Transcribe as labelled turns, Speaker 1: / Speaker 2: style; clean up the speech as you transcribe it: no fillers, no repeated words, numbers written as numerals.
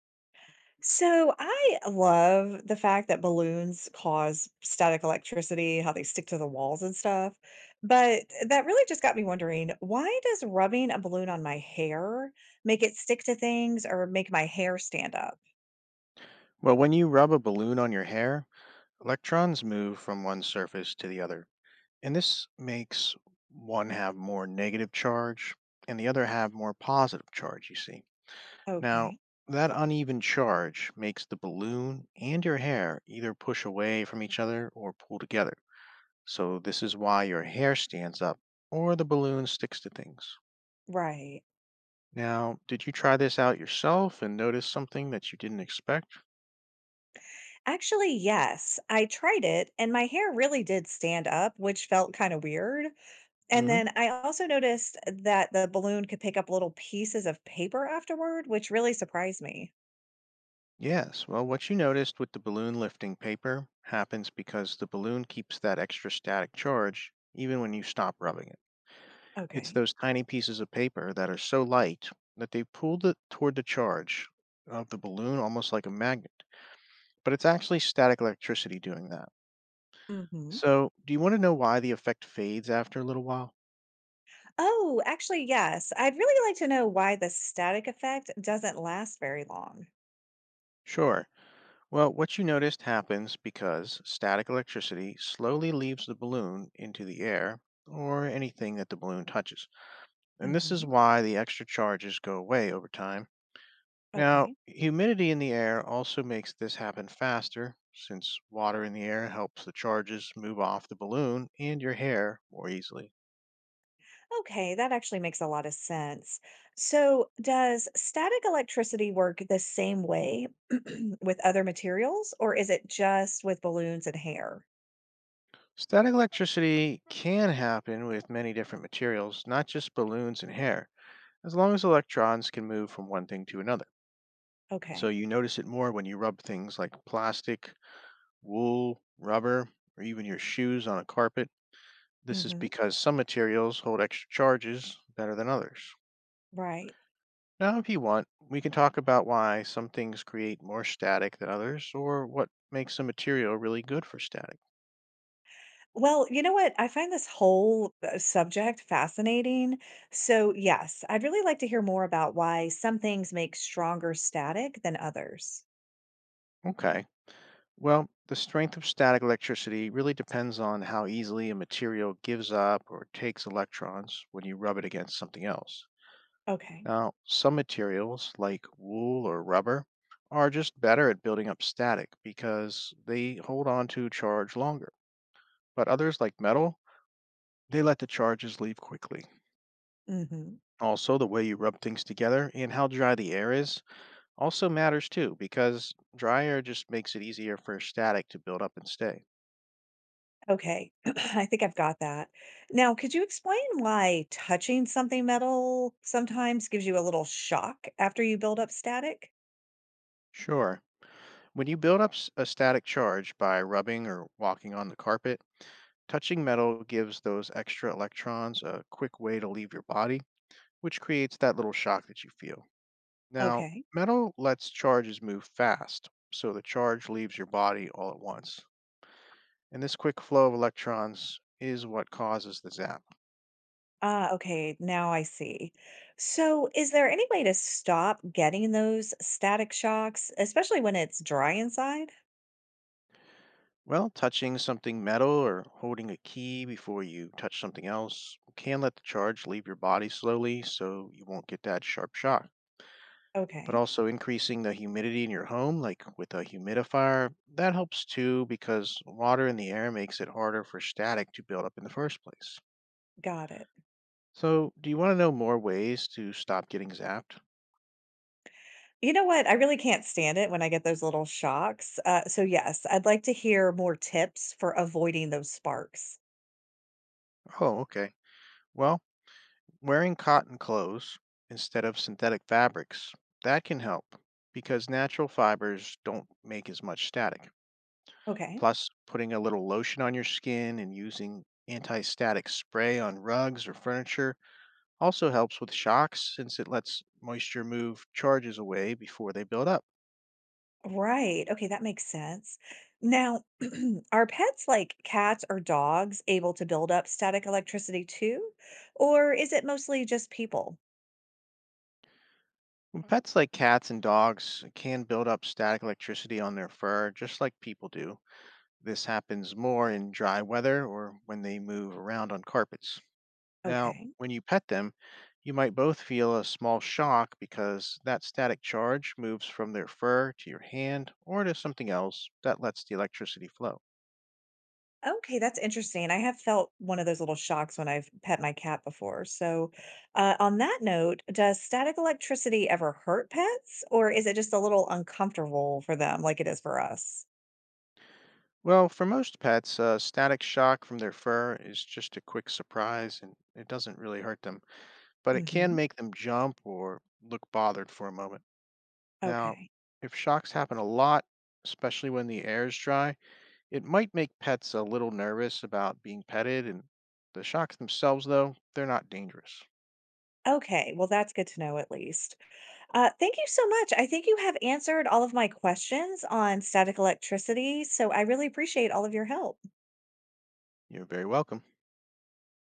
Speaker 1: So I love the fact that balloons cause static electricity, how they stick to the walls and stuff. But that really just got me wondering, why does rubbing a balloon on my hair make it stick to things or make my hair stand up?
Speaker 2: Well, when you rub a balloon on your hair, electrons move from one surface to the other, and this makes one have more negative charge and the other have more positive charge, you see. Now,
Speaker 1: Okay.
Speaker 2: that uneven charge makes the balloon and your hair either push away from each other or pull together. So, this is why your hair stands up or the balloon sticks to things.
Speaker 1: Right.
Speaker 2: Now, did you try this out yourself and notice something that you didn't expect?
Speaker 1: Actually, yes, I tried it and my hair really did stand up, which felt kind of weird. And
Speaker 2: Hmm.
Speaker 1: then I also noticed that the balloon could pick up little pieces of paper afterward, which really surprised me.
Speaker 2: Yes, well, what you noticed with the balloon lifting paper happens because the balloon keeps that extra static charge even when you stop rubbing it. It's
Speaker 1: Okay.
Speaker 2: those tiny pieces of paper that are so light that they pull it toward the charge of the balloon almost like a magnet. But it's actually static electricity doing that.
Speaker 1: Mhm.
Speaker 2: So, do you want to know why the effect fades after a little while?
Speaker 1: Oh, actually, yes. I'd really like to know why the static effect doesn't last very long.
Speaker 2: Sure. Well, what you noticed happens because static electricity slowly leaves the balloon into the air or anything that the balloon touches, and this is
Speaker 1: Hmm.
Speaker 2: why the extra charges go away over time. Now,
Speaker 1: Okay.
Speaker 2: humidity in the air also makes this happen faster, since water in the air helps the charges move off the balloon and your hair more easily.
Speaker 1: Okay, that actually makes a lot of sense. So, does static electricity work the same way with other materials, or is it just with balloons and hair?
Speaker 2: Static electricity can happen with many different materials, not just balloons and hair, as long as electrons can move from one thing to another. So
Speaker 1: Okay.
Speaker 2: you notice it more when you rub things like plastic, wool, rubber, or even your shoes on a carpet. This is
Speaker 1: Hmm.
Speaker 2: because some materials hold extra charges better than others.
Speaker 1: Right.
Speaker 2: Now, if you want, we can talk about why some things create more static than others, or what makes a material really good for static.
Speaker 1: Well, you know what? I find this whole subject fascinating. So, yes, I'd really like to hear more about why some things make stronger static than others.
Speaker 2: Okay. Well, the strength of static electricity really depends on how easily a material gives up or takes electrons when you rub it against something else.
Speaker 1: Okay.
Speaker 2: Now, some materials, like wool or rubber, are just better at building up static because they hold on to charge longer. But others, like metal, they let the charges leave quickly.
Speaker 1: Mhm.
Speaker 2: Also, the way you rub things together and how dry the air is also matters too, because dry air just makes it easier for static to build up and stay.
Speaker 1: Okay. I think I've got that. Now, could you explain why touching something metal sometimes gives you a little shock after you build up static?
Speaker 2: Sure, when you build up a static charge by rubbing or walking on the carpet, touching metal gives those extra electrons a quick way to leave your body, which creates that little shock that you feel. Now,
Speaker 1: Okay.
Speaker 2: metal lets charges move fast, so the charge leaves your body all at once. And this quick flow of electrons is what causes the zap.
Speaker 1: Ah, okay. Now I see. So, is there any way to stop getting those static shocks, especially when it's dry inside?
Speaker 2: Well, touching something metal or holding a key before you touch something else can let the charge leave your body slowly so you won't get that sharp shock. But
Speaker 1: Okay.
Speaker 2: also increasing the humidity in your home, like with a humidifier, that helps too because water in the air makes it harder for static to build up in the first place.
Speaker 1: Got it.
Speaker 2: So, do you want to know more ways to stop getting zapped?
Speaker 1: You know what? I really can't stand it when I get those little shocks. So, yes, I'd like to hear more tips for avoiding those sparks.
Speaker 2: Oh, okay. Well, wearing cotton clothes instead of synthetic fabrics, that can help because natural fibers don't make as much static.
Speaker 1: Okay.
Speaker 2: Plus, putting a little lotion on your skin and using anti static spray on rugs or furniture also helps with shocks since it lets moisture move charges away before they build up.
Speaker 1: Right. Okay, that makes sense. Now, are pets like cats or dogs able to build up static electricity too? Or is it mostly just people?
Speaker 2: And pets like cats and dogs can build up static electricity on their fur just like people do. This happens more in dry weather or when they move around on carpets. Now,
Speaker 1: Okay.
Speaker 2: when you pet them, you might both feel a small shock because that static charge moves from their fur to your hand or to something else that lets the electricity flow.
Speaker 1: Okay, that's interesting. I have felt one of those little shocks when I've pet my cat before. So, on that note, does static electricity ever hurt pets, or is it just a little uncomfortable for them like it is for us?
Speaker 2: Well, for most pets, a static shock from their fur is just a quick surprise and it doesn't really hurt them, but it can
Speaker 1: Hmm.
Speaker 2: make them jump or look bothered for a moment. Now,
Speaker 1: Okay.
Speaker 2: if shocks happen a lot, especially when the air is dry, it might make pets a little nervous about being petted, and the shocks themselves, though, they're not dangerous.
Speaker 1: Okay, well, that's good to know at least. Thank you so much. I think you have answered all of my questions on static electricity, so I really appreciate all of your help.
Speaker 2: You're very welcome.